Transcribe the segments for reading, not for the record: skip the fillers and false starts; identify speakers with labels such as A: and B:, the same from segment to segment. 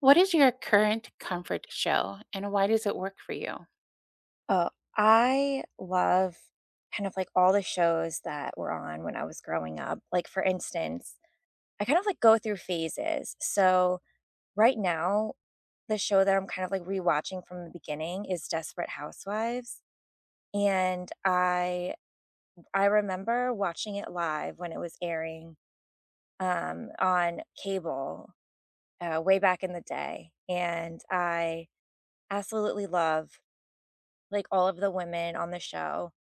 A: What is your current comfort show and why does it work for you?
B: Oh, I love kind of like all the shows that were on when I was growing up. Like, for instance, I kind of like go through phases. So, right now, the show that I'm kind of like rewatching from the beginning is Desperate Housewives. And I remember watching it live when it was airing on cable way back in the day, and I absolutely love like all of the women on the show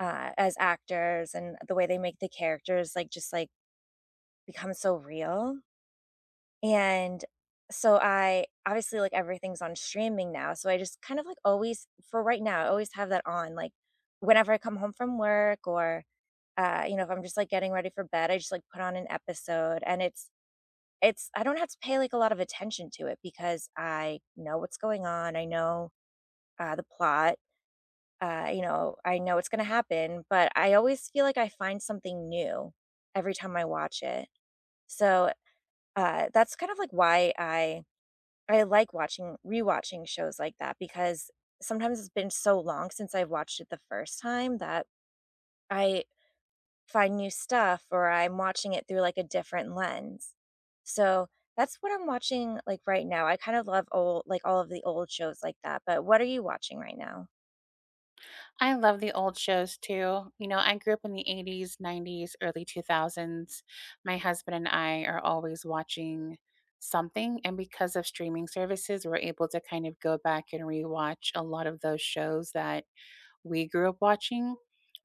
B: as actors and the way they make the characters like just like become so real. And so I obviously like everything's on streaming now. So I just kind of like always for right now, I always have that on like whenever I come home from work or you know, if I'm just like getting ready for bed, I just like put on an episode and it's I don't have to pay like a lot of attention to it because I know what's going on. I know the plot, you know, I know it's going to happen, but I always feel like I find something new every time I watch it. So that's kind of like why I like watching rewatching shows like that because sometimes it's been so long since I've watched it the first time that I find new stuff or I'm watching it through like a different lens. So that's what I'm watching like right now. I kind of love old like all of the old shows like that. But what are you watching right now?
A: I love the old shows too. You know, I grew up in the 80s, 90s, early 2000s. My husband and I are always watching something. And because of streaming services, we're able to kind of go back and rewatch a lot of those shows that we grew up watching.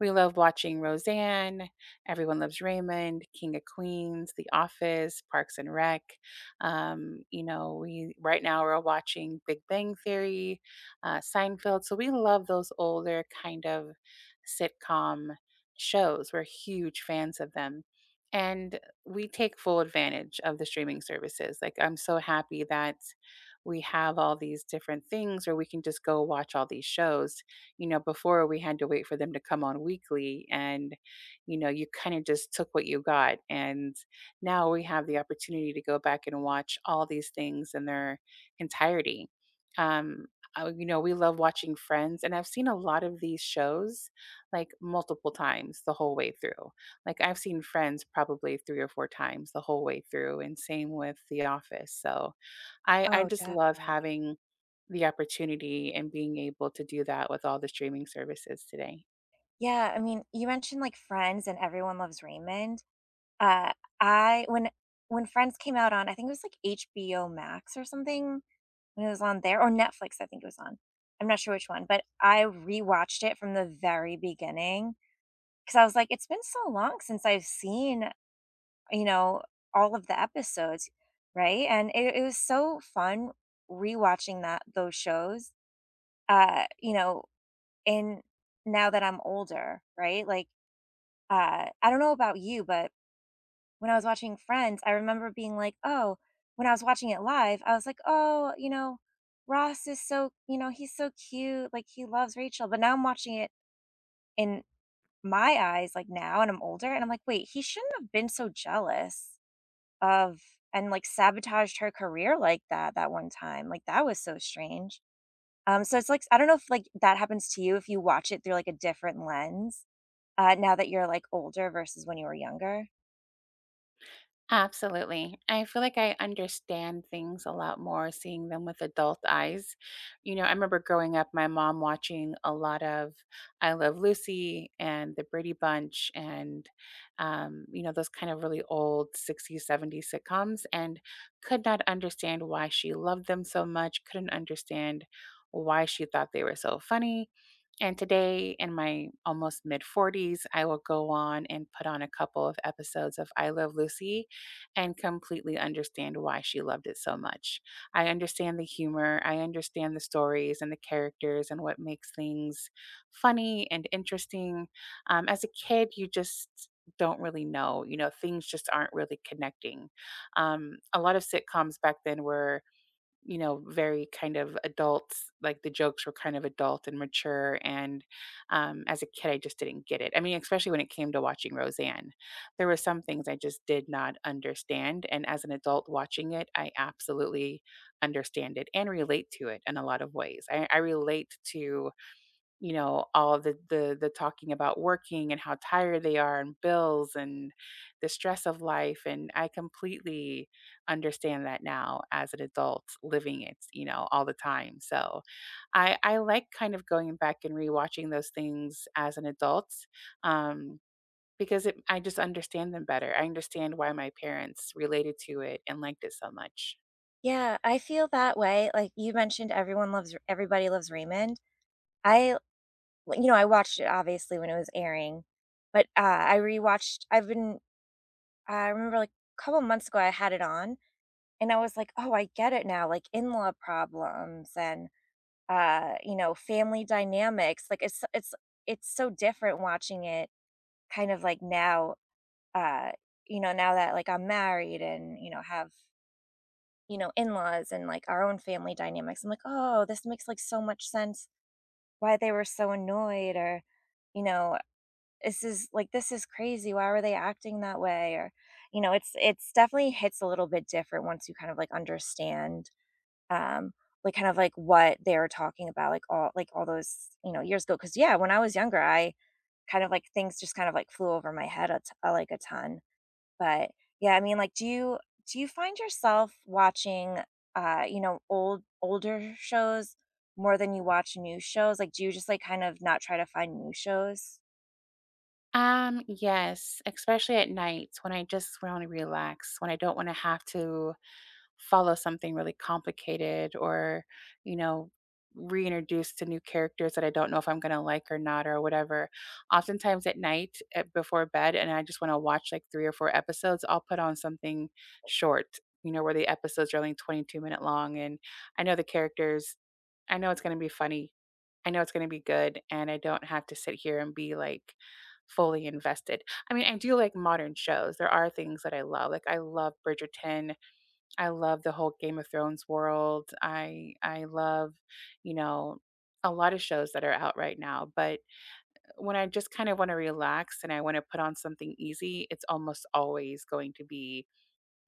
A: We love watching Roseanne, Everyone Loves Raymond, King of Queens, The Office, Parks and Rec. You know, we right now we're watching Big Bang Theory, Seinfeld. So we love those older kind of sitcom shows. We're huge fans of them. And we take full advantage of the streaming services. Like, I'm so happy that we have all these different things, where we can just go watch all these shows, you know, before we had to wait for them to come on weekly and, you know, you kind of just took what you got. And now we have the opportunity to go back and watch all these things in their entirety. Um, you know, we love watching Friends, and I've seen a lot of these shows like multiple times the whole way through. Like, I've seen Friends probably three or four times the whole way through, and same with The Office. So, I
B: Oh,
A: just love
B: definitely.
A: having the opportunity and being able to do that with all the streaming services today.
B: Yeah, I mean, you mentioned, like, Friends and Everyone Loves Raymond. Uh, I when Friends came out on I think it was, like, HBO Max or something, when it was on there or Netflix, I think it was on. I'm not sure which one, but I rewatched it from the very beginning because I was like, "It's been so long since I've seen, you know, all of the episodes," right? And it was so fun rewatching that those shows, you know, in now that I'm older, right? Like, I don't know about you, but when I was watching Friends, I remember being like, "Oh," when I was watching it live, I was like, "Oh, you know, Ross is so you know, he's so cute, like, he loves Rachel," but now I'm watching it in my eyes, like, now, and I'm older, and I'm like, "Wait, he shouldn't have been so jealous of and, like, sabotaged her career like that, that one time, like, that was so strange." So it's like I don't know if, like, that happens to you if you watch it through, like, a different lens. Now that you're, like, older versus when you were younger?
A: Absolutely. I feel like I understand things a lot more seeing them with adult eyes. You know, I remember growing up, my mom watching a lot of I Love Lucy and The Brady Bunch, you know, those kind of really old 60s, 70s sitcoms and could not understand why she loved them so much, couldn't understand why she thought they were so funny. And today, in my almost mid 40s, I will go on and put on a couple of episodes of I Love Lucy and completely understand why she loved it so much. I understand the humor, I understand the stories and the characters and what makes things funny and interesting. As a kid, you just don't really know, you know, things just aren't really connecting. A lot of sitcoms back then were, you know, very kind of adults, like the jokes were kind of adult and mature. And as a kid, I just didn't get it. I mean, especially when it came to watching Roseanne, there were some things I just did not understand. And as an adult watching it, I absolutely understand it and relate to it in a lot of ways. I relate to, you know, all the talking about working and how tired they are and bills and the stress of life, and I completely understand that now as an adult living it, you know, all the time. So, I like kind of going back and rewatching those things as an adult. Um because I just understand them better. I understand why my parents related to it and liked it so much.
B: Yeah, I feel that way, like, you mentioned Everyone Loves Everybody Loves Raymond. I well, you know, I watched it obviously when it was airing, but, I rewatched I've been I remember, like, a couple months ago I had it on, and I was like, "Oh, I get it now," like, in-law problems and, you know, family dynamics. Like it's so different watching it kind of like now, uh, you know, now that like I'm married and, you know, have, you know, in-laws and like our own family dynamics. I'm like, oh, this makes like so much sense why they were so annoyed or, you know, this is like this is crazy. Why were they acting that way? Or, you know, it's definitely hits a little bit different once you kind of like understand um, like, kind of like what they're talking about, like all those, you know, years ago. Because yeah, when I was younger, I kind of like things just kind of like flew over my head like a ton. But yeah, I mean, like, do you find yourself watching, you know, older shows more than you watch new shows? Like, do you just like kind of not try to find new shows?
A: Yes, especially at night when I just want to relax, when I don't want to have to follow something really complicated or, you know, reintroduced to new characters that I don't know if I'm going to like or not or whatever. Oftentimes at night before bed, and I just want to watch like three or four episodes, I'll put on something short, you know, where the episodes are only 22-minute long. And I know the characters, I know it's going to be funny. I know it's going to be good. And I don't have to sit here and be like, fully invested. I mean, I do like modern shows. There are things that I love. Like I love Bridgerton. I love the whole Game of Thrones world. I love, you know, a lot of shows that are out right now, but when I just kind of want to relax and I want to put on something easy, it's almost always going to be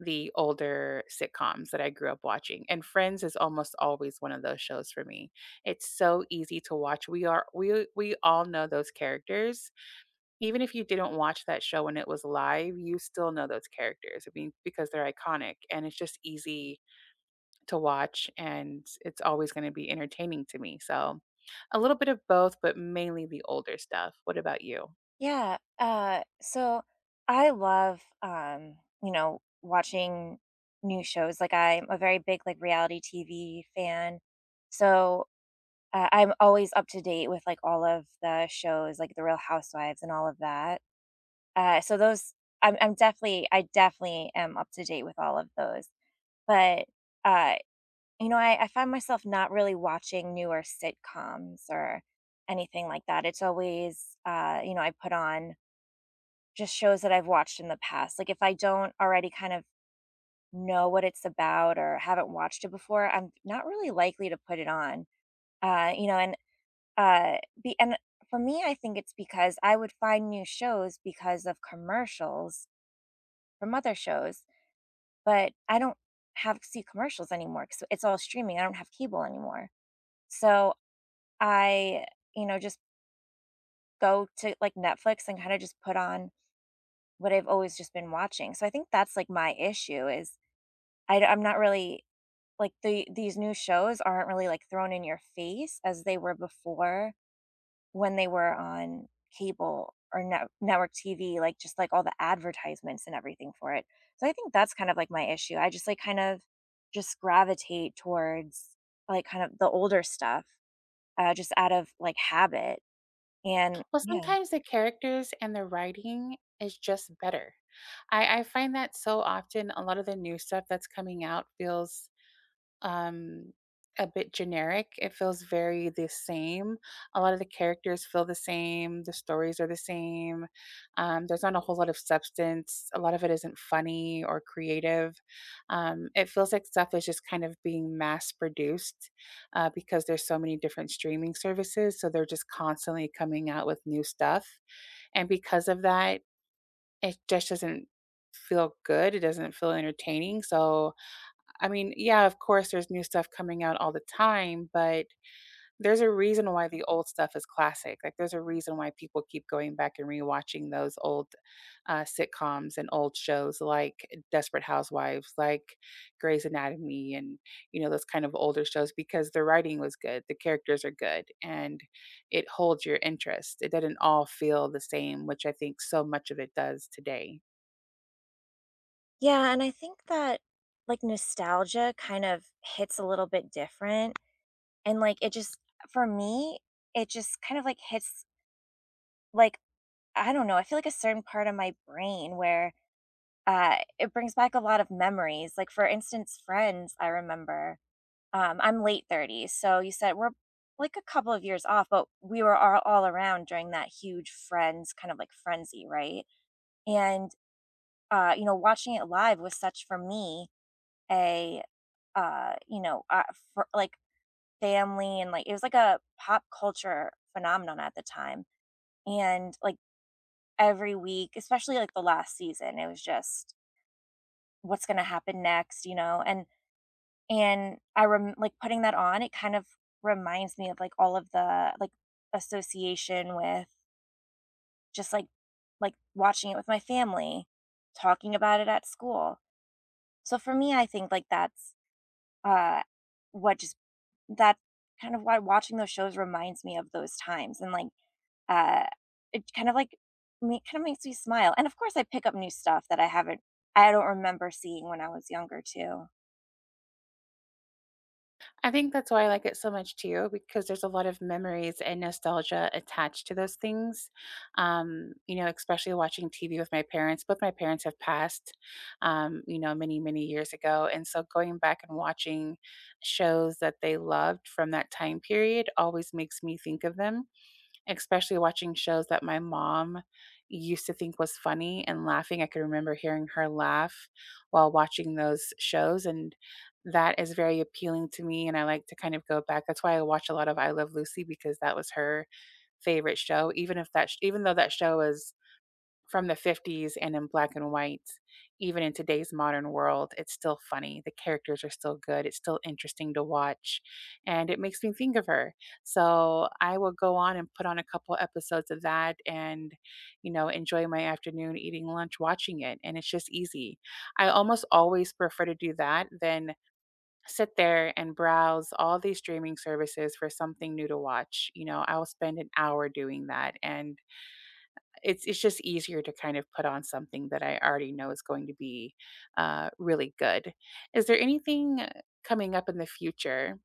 A: the older sitcoms that I grew up watching. And Friends is almost always one of those shows for me. It's so easy to watch. We are we all know those characters. Even if you didn't watch that show when it was live, you still know those characters. I mean, because they're iconic and it's just easy to watch and it's always going to be entertaining to me. So, a little bit of both, but mainly the older stuff. What about you?
B: Yeah, so I love, you know, watching new shows, like, I'm a very big, like, reality TV fan, so, I'm always up to date with, like, all of the shows, like, The Real Housewives and all of that, so those I definitely am up to date with all of those, but, uh, you know, I find myself not really watching newer sitcoms or anything like that, it's always, you know, I put on just shows that I've watched in the past. Like, if I don't already kind of know what it's about or haven't watched it before, I'm not really likely to put it on. Uh, you know, and uh, and for me, I think it's because I would find new shows because of commercials from other shows, but I don't have see commercials anymore because it's all streaming. I don't have cable anymore, so I, you know, just go to like Netflix and kind of just put on what I've always just been watching. So I think that's like my issue is I'm not really like, these new shows aren't really, like, thrown in your face as they were before when they were on cable or network TV, like, just, like, all the advertisements and everything for it. So I think that's kind of, like, my issue. I just, like, kind of just gravitate towards, like, kind of the older stuff, just out of, like, habit, and
A: Well,
B: yeah.
A: sometimes the characters and the writing is just better. I find that so often a lot of the new stuff that's coming out feels um a bit generic. It feels very the same. A lot of the characters feel the same. The stories are the same. There's not a whole lot of substance. A lot of it isn't funny or creative. It feels like stuff is just kind of being mass produced because there's so many different streaming services. So they're just constantly coming out with new stuff. And because of that, it just doesn't feel good. It doesn't feel entertaining. So I mean, yeah, of course, there's new stuff coming out all the time, but there's a reason why the old stuff is classic. Like, there's a reason why people keep going back and rewatching those old sitcoms and old shows like Desperate Housewives, like Grey's Anatomy, and, you know, those kind of older shows because the writing was good, the characters are good, and it holds your interest. It doesn't all feel the same, which I think so much of it does today.
B: Yeah, and I think that, like, nostalgia kind of hits a little bit different. And, like, it just for me, it just kind of, like, hits, like, I don't know, I feel like a certain part of my brain where, it brings back a lot of memories. Like, for instance, Friends, I remember, I'm late 30s, so you said we're, like, a couple of years off, but we were all around during that huge Friends kind of, like, frenzy, right? And, you know, watching it live was such for me a, uh, you know, uh, for like, family and like it was like a pop culture phenomenon at the time. And like every week, especially like the last season, it was just what's going to happen next, you know? And like putting that on, it kind of reminds me of like all of the like association with just like watching it with my family, talking about it at school. So for me, I think like that's uh what just that kind of why watching those shows reminds me of those times and like Uh, it kind of like ma kind of makes me smile, and of course, I pick up new stuff that I don't remember seeing when I was younger too.
A: I think that's why I like it so much too, because there's a lot of memories and nostalgia attached to those things. You know, especially watching TV with my parents. Both my parents have passed, you know, many, many years ago. And so going back and watching shows that they loved from that time period always makes me think of them. Especially watching shows that my mom used to think was funny and laughing. I could remember hearing her laugh while watching those shows, and that is very appealing to me, and I like to kind of go back. That's why I watch a lot of I Love Lucy because that was her favorite show, even if that sh even though that show is from the 50s and in black and white, even in today's modern world, it's still funny. The characters are still good. It's still interesting to watch. And it makes me think of her. So I will go on and put on a couple episodes of that and, you know, enjoy my afternoon eating lunch watching it. And it's just easy. I almost always prefer to do that than sit there and browse all these streaming services for something new to watch. You know, I'll spend an hour doing that. And it's just easier to kind of put on something that I already know is going to be, really good. Is there anything coming up in the future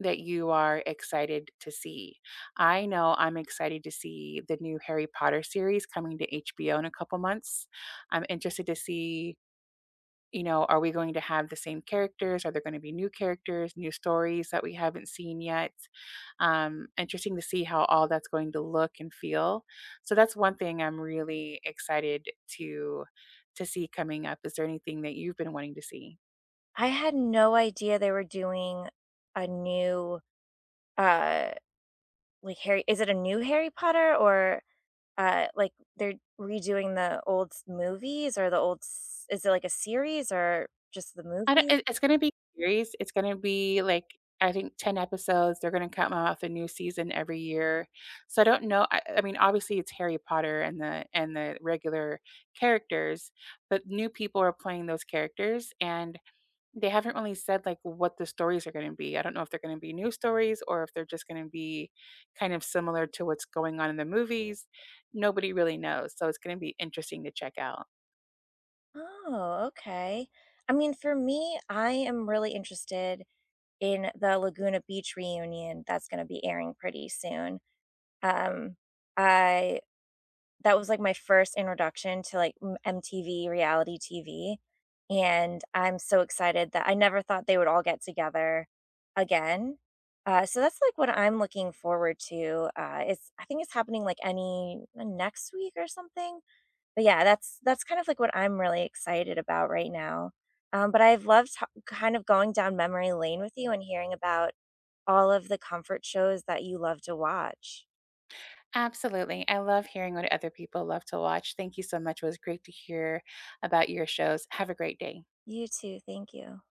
A: that you are excited to see? I know I'm excited to see the new Harry Potter series coming to HBO in a couple months. I'm interested to see, you know, are we going to have the same characters? Are there going to be new characters, new stories that we haven't seen yet? Interesting to see how all that's going to look and feel. So that's one thing I'm really excited to see coming up. Is there anything that you've been wanting to see?
B: I had no idea they were doing a new, uh, like, Harry is it a new Harry Potter or, like, they're redoing the old s movies or the old s is it like a series or just the
A: I don't
B: movie?
A: it it's gonna be series, it's gonna be, like, I think 10 episodes, they're gonna come out with a new season every year, so I don't know I mean, obviously, it's Harry Potter and the regular characters, but new people are playing those characters, and they haven't really said, like, what the stories are gonna be. I don't know if they're gonna be new stories or if they're just gonna be kind of similar to what's going on in the movies. Nobody really knows, so it's gonna be interesting to check out.
B: Oh, okay. I mean, for me, I am really interested in the Laguna Beach reunion that's gonna be airing pretty soon. Um, I that was, like, my first introduction to, like, m MTV reality TV, and I'm so excited that I never thought they would all get together again. So that's, like, what I'm looking forward to. It's I think it's happening, like, any next week or something? But, yeah, that's kind of, like, what I'm really excited about right now. But I've loved ho kind of going down memory lane with you and hearing about all of the comfort shows that you love to watch.
A: Absolutely. I love hearing what other people love to watch. Thank you so much. It was great to hear about your shows. Have a great day.
B: You too, thank you.